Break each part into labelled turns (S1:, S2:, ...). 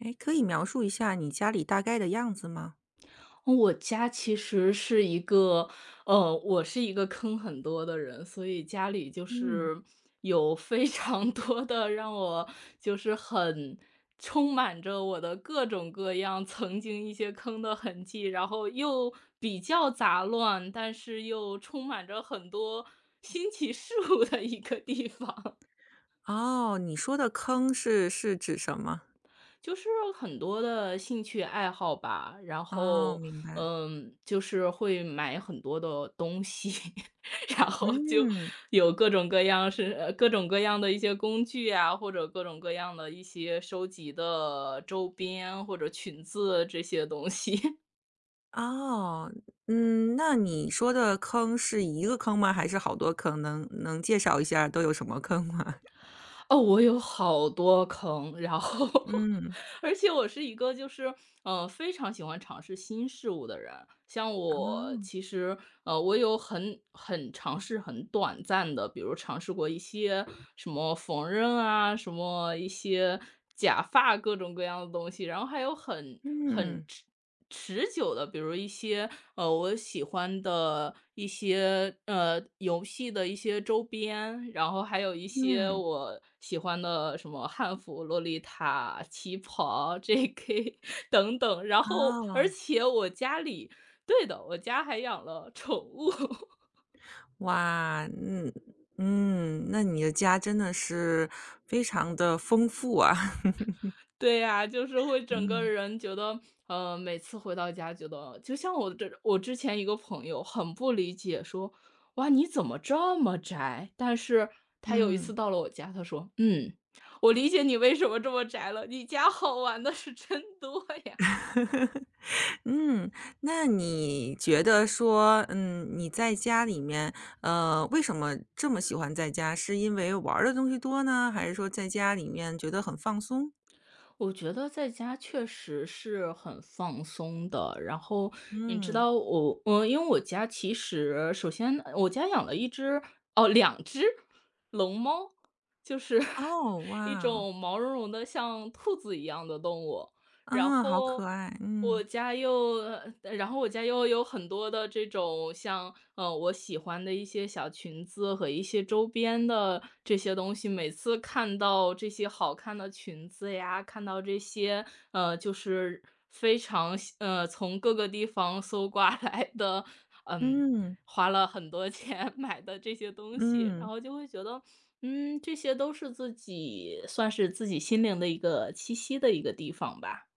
S1: 哎，可以描述一下你家里大概的样子吗？
S2: 我家其实是一个，我是一个坑很多的人，所以家里就
S1: 嗯，
S2: 是有非常 多的让我就是很充满着我的各种各样曾经一些坑的痕迹，然后又比较杂乱，但是又充满着很多 新奇事物的一个地方。
S1: 哦，你说的坑是指什么？
S2: 就是很多的兴趣爱好吧，然
S1: 哦，
S2: 后，
S1: 明白。
S2: 嗯，就是会买很多的东西，然后就
S1: 嗯，
S2: 有各种各样各种各样的一些工具啊，或者各种各样的一些收集的周边或者裙子这些东西。
S1: 哦，嗯，那你说的坑是一个坑吗？还是好多坑？能介绍一下都有什么坑吗？
S2: 哦，我有好多坑，然后
S1: 嗯，
S2: 而且我是一个非常喜欢尝试新事物的人。像我
S1: 哦，
S2: 其实，我有很尝试很短暂的，比如尝试过一些什么缝纫啊，什么一些假发各种各样的东西，然后还有很
S1: 嗯
S2: 持久的，比如一些，我喜欢的一些，游戏的一些周边，然后还有一些
S1: 嗯，
S2: 我喜欢的什么汉服、洛丽塔、旗袍、JK 等等，然后
S1: 哦，
S2: 而且我家里对的，我家还养了宠物。
S1: 哇，嗯嗯，那你的家真的是非常的丰富啊。
S2: 对呀，就是会整个
S1: 嗯
S2: 人觉得，每次回到家觉得，就像我之前一个朋友很不理解，说，哇，你怎么这么宅？但是他有一
S1: 嗯。
S2: 次到了我家，他说，嗯，我理解你为什么这么宅了，你家好玩的是真多呀。
S1: 嗯，那你觉得说，嗯，你在家里面，为什么这么喜欢在家？是因为玩儿的东西多呢，还是说在家里面觉得很放松？
S2: 我觉得在家确实是很放松的。然后你知
S1: 嗯，
S2: 道我，我因为我家其实首先我家养了哦，两只龙猫，就是
S1: 哦，哇
S2: 一
S1: 哦，
S2: 种毛茸茸的像兔子一样的动物。然
S1: 啊，好可
S2: 后
S1: 爱，嗯，
S2: 我家又呃然后我家又有很多的这种像，我喜欢的一些小裙子和一些周边的这些东西。每次看到这些好看的裙子呀，看到这些，就是非常喜呃，从各个地方搜刮来的，嗯，
S1: 嗯，
S2: 花了很多钱 买的这些东西，然
S1: 嗯。
S2: 后就会觉得，嗯，这些都是自己算是自己心灵的一个栖息的一个地方吧。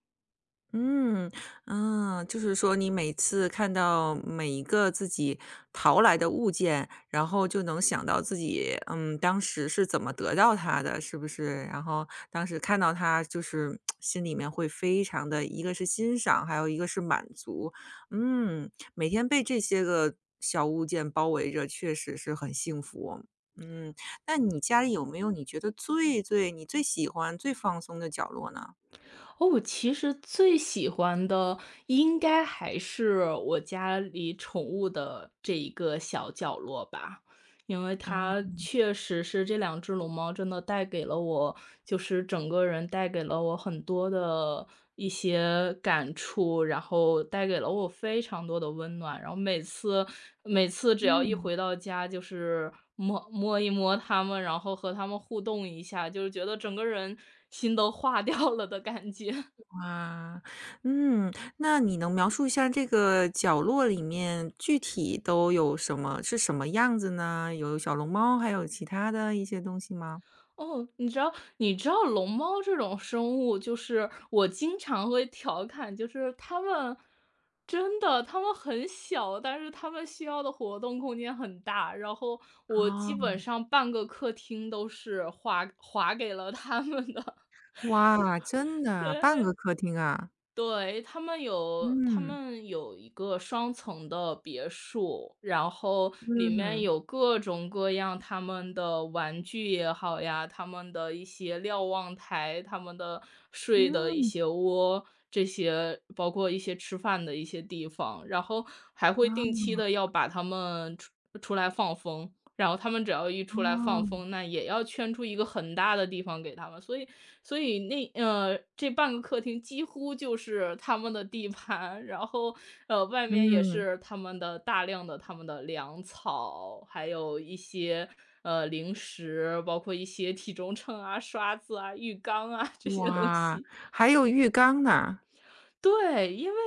S1: 嗯，嗯，就是说你每次看到每一个自己淘来的物件，然后就能想到自己，当时是怎么得到它的，是不是？然后当时看到它，就是 心里面会非常的，一个是欣赏，还有一个是满足。嗯，每天被这些个小物件包围着，确实是很幸福。嗯，那你家里有没有你觉得你最喜欢、最放松的角落呢？
S2: 哦，我其实最喜欢的应该还是我家里宠物的这一个小角落吧，因为
S1: 啊
S2: 它确实是这两只龙猫真的带给了我，就是整个人带给了我很多的一些感触，然后带给了我非常多的温暖。然后每次只要一
S1: 嗯，
S2: 回到家，就是一摸它们，然后和它们互动一下，就是觉得整个人心都化掉了的感觉。
S1: 哇，嗯，那你能描述一下这个角落里面具体都有什么是什么样子呢？有小龙猫，还有其他的一些东西吗？
S2: 哦，你知道龙猫这种生物，就是我经常会调侃，就是它们真的，它们很小，但是它们需要的活动空间很大。然后我基
S1: 啊，
S2: 本上半个客厅都是划给了它们的，
S1: 哇，真的 啊半
S2: 对。
S1: 个客厅啊。
S2: 对，他
S1: 嗯，
S2: 们有一个双层的别墅，然后里面
S1: 嗯，
S2: 有各种各样他们的玩具也好呀，他们的一些瞭望台，他们的睡的一
S1: 嗯，
S2: 些窝，这些包括一些吃饭的一些地方，然后还会定
S1: 啊
S2: 期的要把他们出出来放风。然后他们只要一出来放
S1: 哦，
S2: 风，那也要圈出一个很大的地方给他们，所以那呃，这半个客厅几乎就是他们的地盘，然后外面也
S1: 嗯，
S2: 是他们的大量的他们的粮草，还有一些零食，包括一些体重秤啊、刷子啊、浴缸啊这些东
S1: 哇，
S2: 西。
S1: 还有浴缸呢。
S2: 对，因为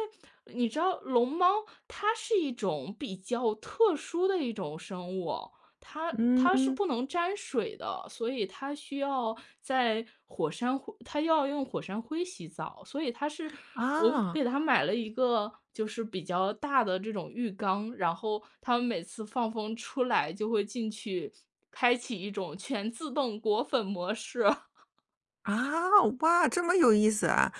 S2: 你知道龙猫它是一种比较特殊的一种生物，它
S1: 嗯
S2: 它是
S1: 嗯，
S2: 不能沾水的，所以它需要在火山灰，它要用火山灰洗澡，所以它是我
S1: 啊。
S2: 给它买了一个就是比较大的这种浴缸，然后它们每次放风出来就会进去，开启一种全自动裹粉模式。
S1: 啊，哇，这么有意思啊！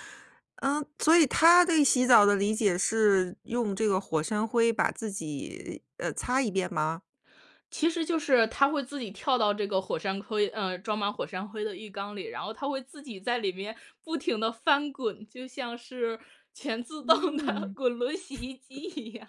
S1: 嗯，所以他对洗澡的理解是用这个火山灰把自己，擦一遍吗？
S2: 其实就是它会自己跳到这个火山灰呃，装满火山灰的浴缸里，然后它会自己在里面不停地翻滚，就像是全自动的
S1: 嗯，
S2: 滚轮洗衣机一样。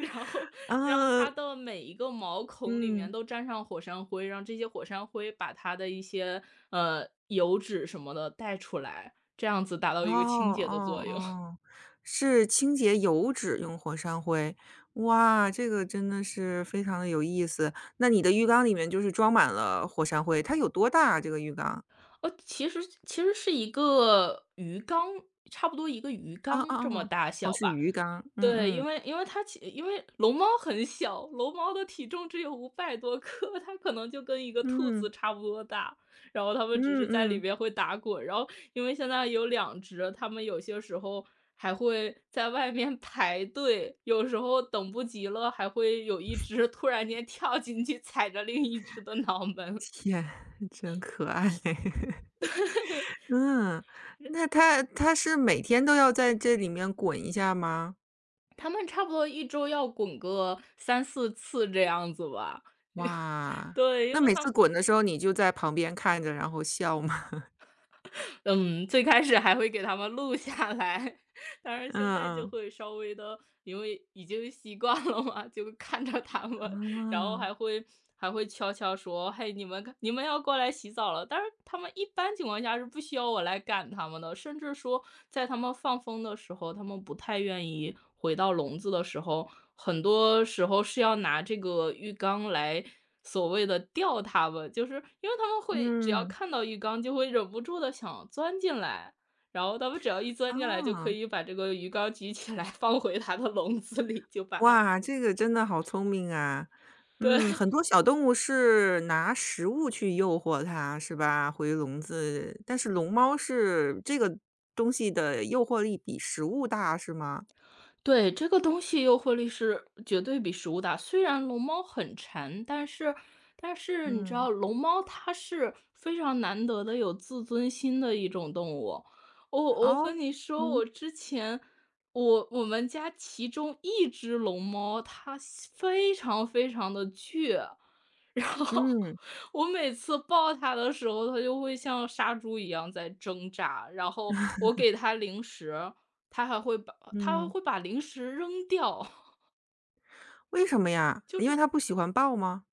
S2: 然后让
S1: 啊，
S2: 它的每一个毛孔里
S1: 嗯，
S2: 面都沾上火山灰，让这些火山灰把它的一些，油脂什么的带出来，这样子达到
S1: 哦
S2: 一个清洁的
S1: 哦
S2: 作用。
S1: 哦，是清洁油脂用火山灰。哇，这个真的是非常的有意思。那你的浴缸里面就是装满了火山灰，它有多大啊，这个浴缸？
S2: 哦，其实是一个鱼缸差不多一个鱼
S1: 啊啊
S2: 缸这么
S1: 啊，
S2: 大
S1: 哦，
S2: 小
S1: 是
S2: 吧。
S1: 鱼缸，嗯
S2: 对，
S1: 嗯，
S2: 因为因为龙猫很小，龙猫的体重只有五百多克，它可能就跟一个兔
S1: 嗯，
S2: 子差不多大，然后它们
S1: 嗯
S2: 只是在里
S1: 嗯。
S2: 面会打滚，然后因为现在有两只，它们有些时候还会在外面 排队，有时候等不及了，还会有一只突然间跳进去踩着另一只的脑门。
S1: 天，真可爱。嗯，那它是每天都要在这里面滚一下吗？
S2: 它们差不多一周要滚个三四次这样子吧。
S1: 哇，
S2: 对，
S1: 那
S2: 因为
S1: 每次
S2: 它
S1: 滚的时候你就在旁边看着，然后笑吗？
S2: 嗯，最开始还会给他们录下来，但 是
S1: 嗯
S2: 现在就
S1: 嗯，
S2: 会稍微的，因为已经习惯了嘛，就看着他们然后
S1: 啊，
S2: 还会悄悄说："嘿，你们要过来洗澡了。"但是他们一般情况下是不需要我来赶他们的，甚至说在他们放风的时候，他们不太愿意回到笼子的时候，很多时候是要拿这个浴缸来所谓的吊他们，就是因为他们会只要
S1: 嗯，
S2: 看到浴缸就会忍不住的想钻进来，然后他们只要一钻
S1: 啊
S2: 进来就可
S1: 啊，
S2: 以把这个鱼缸举起来放回它的笼子里，就把它
S1: 哇，这个真的好聪明啊。
S2: 对。
S1: 嗯，很多小动物是拿食物去诱惑它，是吧？回笼子，但是龙猫是这个东西的诱惑力比食物大，是吗？
S2: 对，这个东西诱惑力是绝对比食物大。虽然龙猫很馋，但是但是你知
S1: 嗯。
S2: 道，龙猫它是非常难得的有自尊心的一种动物。我我和
S1: 哦，
S2: 你说，
S1: 嗯，
S2: 我之前我们家其中一只龙猫，它非常非常的倔，然后
S1: 嗯，
S2: 我每次抱它的时候，它就会像杀猪一样在挣扎，然后我给它零食。它还
S1: 嗯，
S2: 会把零食扔掉，
S1: 为什么呀？
S2: 就
S1: 因为
S2: 是
S1: 它不喜欢抱吗？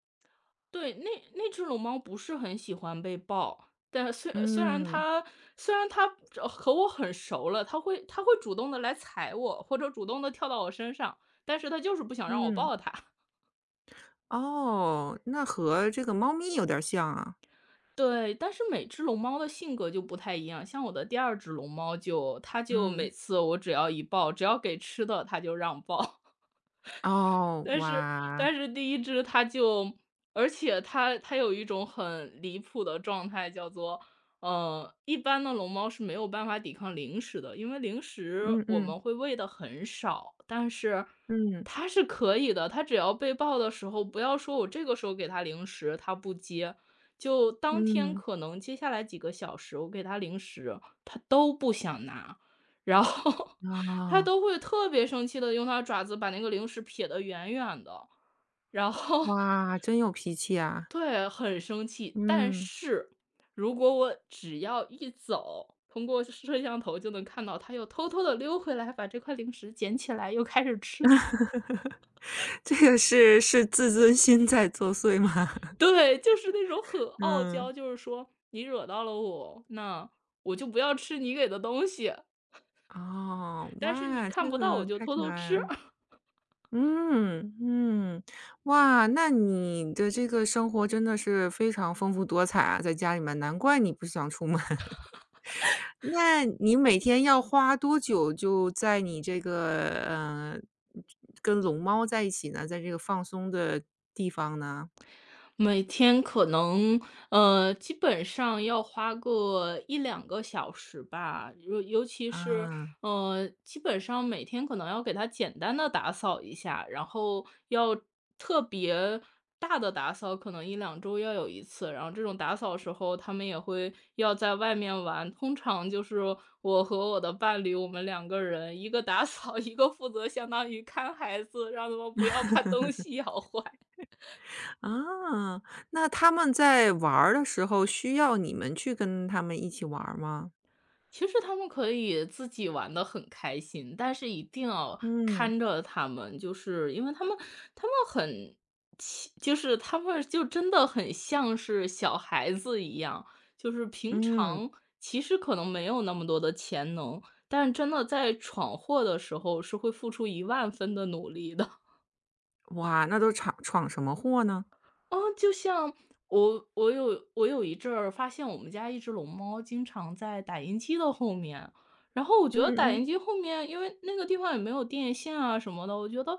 S2: 对，那那只龙猫不是很喜欢被抱，但
S1: 嗯，
S2: 虽然它和我很熟了，它会主动的来踩我，或者主动的跳到我身上，但是它就是不想让我
S1: 嗯，
S2: 抱它。
S1: 哦，那和这个猫咪有点儿像啊。
S2: 对，但是每只龙猫的性格就不太一样，像我的第二只龙猫它就
S1: 嗯，
S2: 每次我只要一抱，只要给吃的它就让抱。
S1: 哦，
S2: 但是
S1: 哇，
S2: 第一只而且它有一种很离谱的状态，叫做，一般的龙猫是没有办法抵抗零食的，因为零食
S1: 嗯
S2: 我
S1: 嗯，
S2: 们会喂的很少，但是
S1: 嗯，
S2: 它是可以的。它只要被抱的时候，不要说我这个时候给它零食，它不接，就当天
S1: 嗯，
S2: 可能接下来几个小时，我给它零食，它都不想拿。然后它
S1: 啊
S2: 都会特别生气的，用它爪子把那个零食撇得远远的，然后
S1: 哇，真有脾气 啊。
S2: 对，很生气。但
S1: 嗯，
S2: 是如果我只要一走，通过摄像头就能看到它又偷偷的溜回来，把这块零食捡起来又开始吃。
S1: 这个是自尊心在作祟吗？
S2: 对，就是那种很傲
S1: 嗯，
S2: 娇，就是说你惹到了我，那我就不要吃你给的东西，
S1: 哦，
S2: 但是你
S1: 哇，
S2: 看
S1: 这
S2: 不到我
S1: 个
S2: 就
S1: 太
S2: 偷
S1: 可
S2: 偷
S1: 爱
S2: 吃。
S1: 了。嗯嗯，哇，那你的这个生活真的是非常丰富多彩啊，在家里面，难怪你不想出门。那你每天要花多久就在你这个跟龙猫在一起呢？在这个放松的地方呢？
S2: 每天可能，基本上要花个一两个小时吧，尤其是，
S1: 啊
S2: 基本上每天可能要给它简单的打扫一下，然后要特别大的打扫，可能一两周要有一次，然后这种打扫时候，他们也会要在外面玩，通常就是我和我的伴侣，我们两个人，一个打扫，一个负责相当于看孩子，让他们不要把东西咬坏。
S1: 啊，那他们在玩儿的时候需要你们去跟他们一起玩儿吗？
S2: 其实他们可以自己玩的很开心，但是一定要
S1: 嗯
S2: 看着他们，就是因为他们就是他们就真的很像是小孩子一样，就是平
S1: 嗯，
S2: 常其实可能没有那么多的潜能，但是真的在闯祸的时候是会付出一万分的努力的。
S1: 哇，那都闯什么祸呢？
S2: 哦，就像我有一阵儿发现我们家一只龙猫经常在打印机的后面，然后我觉
S1: 嗯
S2: 得打
S1: 嗯嗯
S2: 印机后面，因为那个地方也没有电线啊什么的，我觉得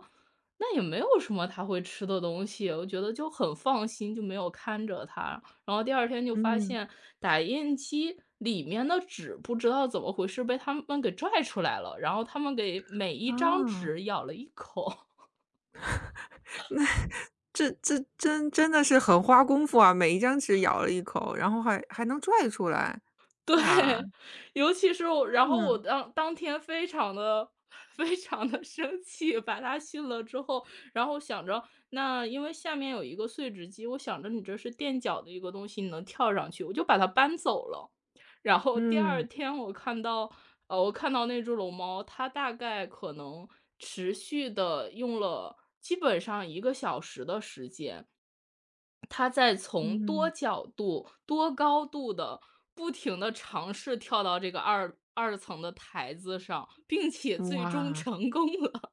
S2: 那也没有什么它会吃的东西，我觉得就很放心，就没有看着它。然后第二天就发
S1: 嗯。
S2: 现打印机里面的纸不知道怎么回事被它们给拽出来了，然后它们给每一张
S1: 啊，
S2: 纸咬了一口。
S1: 那 这真的是很花功夫啊，每一张纸咬了一口，然后还能拽出来。哇，
S2: 对，尤其是我然后我
S1: 嗯
S2: 当天非常的 非常的生气，把它训了之后，然后想着那因为下面有一个碎纸机，我想着你这是垫脚的一个东西，你能跳上去，我就把它搬走了。然后第二
S1: 嗯
S2: 天我看到那只龙猫，它大概可能持续的用了基本上一个小时的时间，他在从多
S1: 嗯，
S2: 角度、多高度的不停的尝试跳到这个二层的台子上，并且最终
S1: 哇
S2: 成功了。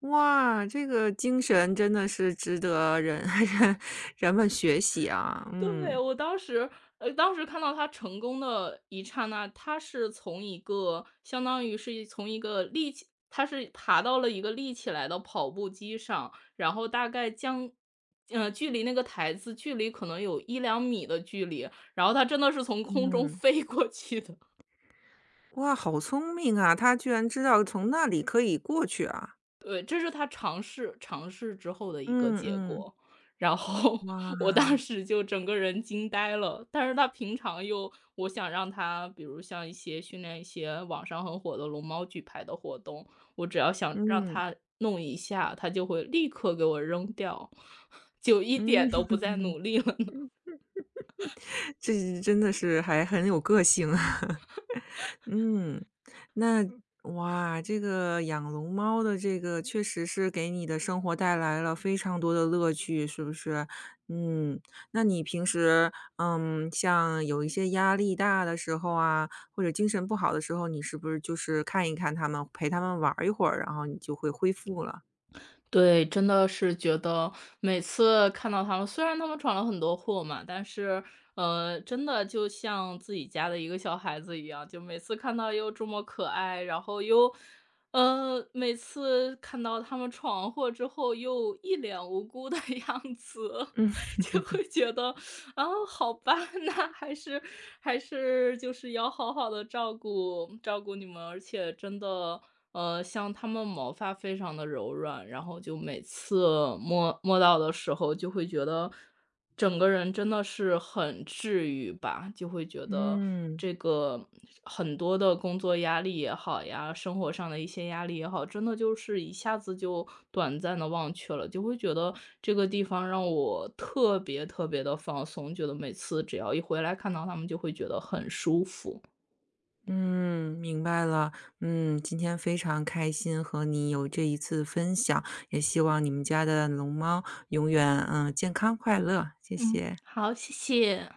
S1: 哇，这个精神真的是值得人 人人们学习啊。
S2: 对，
S1: 嗯
S2: 我当时看到他成功的一刹那，他是从一个相当于是从一个立起他是爬到了一个立起来的跑步机上，然后大概距离那个台子距离可能有一两米的距离，然后他真的是从空中
S1: 嗯，
S2: 飞过去的。
S1: 哇，好聪明啊，他居然知道从那里可以过去啊。
S2: 对，这是他尝试尝试之后的一个
S1: 嗯
S2: 结
S1: 嗯，
S2: 果。然后
S1: 哇，
S2: 我当时就整个人惊呆了，但是他平常又我想让他，比如像一些训练一些网上很火的龙猫举牌的活动，我只要想让
S1: 嗯
S2: 他弄一下，他就会立刻给我扔掉，就一
S1: 嗯，
S2: 点都不再 努力了呢。
S1: 这真的是还很有个性啊。嗯，那哇，这个养龙猫的这个确实是给你的生活带来了非常多的乐趣，是不是？嗯，那你平时，嗯，像有一些压力大的时候啊，或者精神不好的时候，你是不是就是看一看它们，陪它们玩儿一会儿，然后你就会恢复了？
S2: 对，真的是觉得每次看到他们，虽然他们闯了很多祸嘛，但是，真的就像自己家的一个小孩子一样，就每次看到又这么可爱，然后又，每次看到他们闯完祸之后又一脸无辜的 样子，
S1: 嗯。
S2: 就会觉得，啊，好吧，那还是就是要好好的照顾照顾你们，而且真的。像它们毛发非常的柔软，然后就每次摸摸到的时候就会觉得，整个人真的是很治愈吧。就会觉得
S1: 嗯。
S2: 这个很多的工作压力也好呀，生活上的一些压力也好，真的就是一下子就短暂的忘却了。就会觉得这个地方让我特别特别的放松，觉得每次只要一回来看到它们就会觉得很舒服。
S1: 嗯，明白了。嗯，今天非常开心和你有这一次分享，也希望你们家的龙猫永远健康快乐，谢
S2: 嗯，
S1: 谢。
S2: 好，谢谢。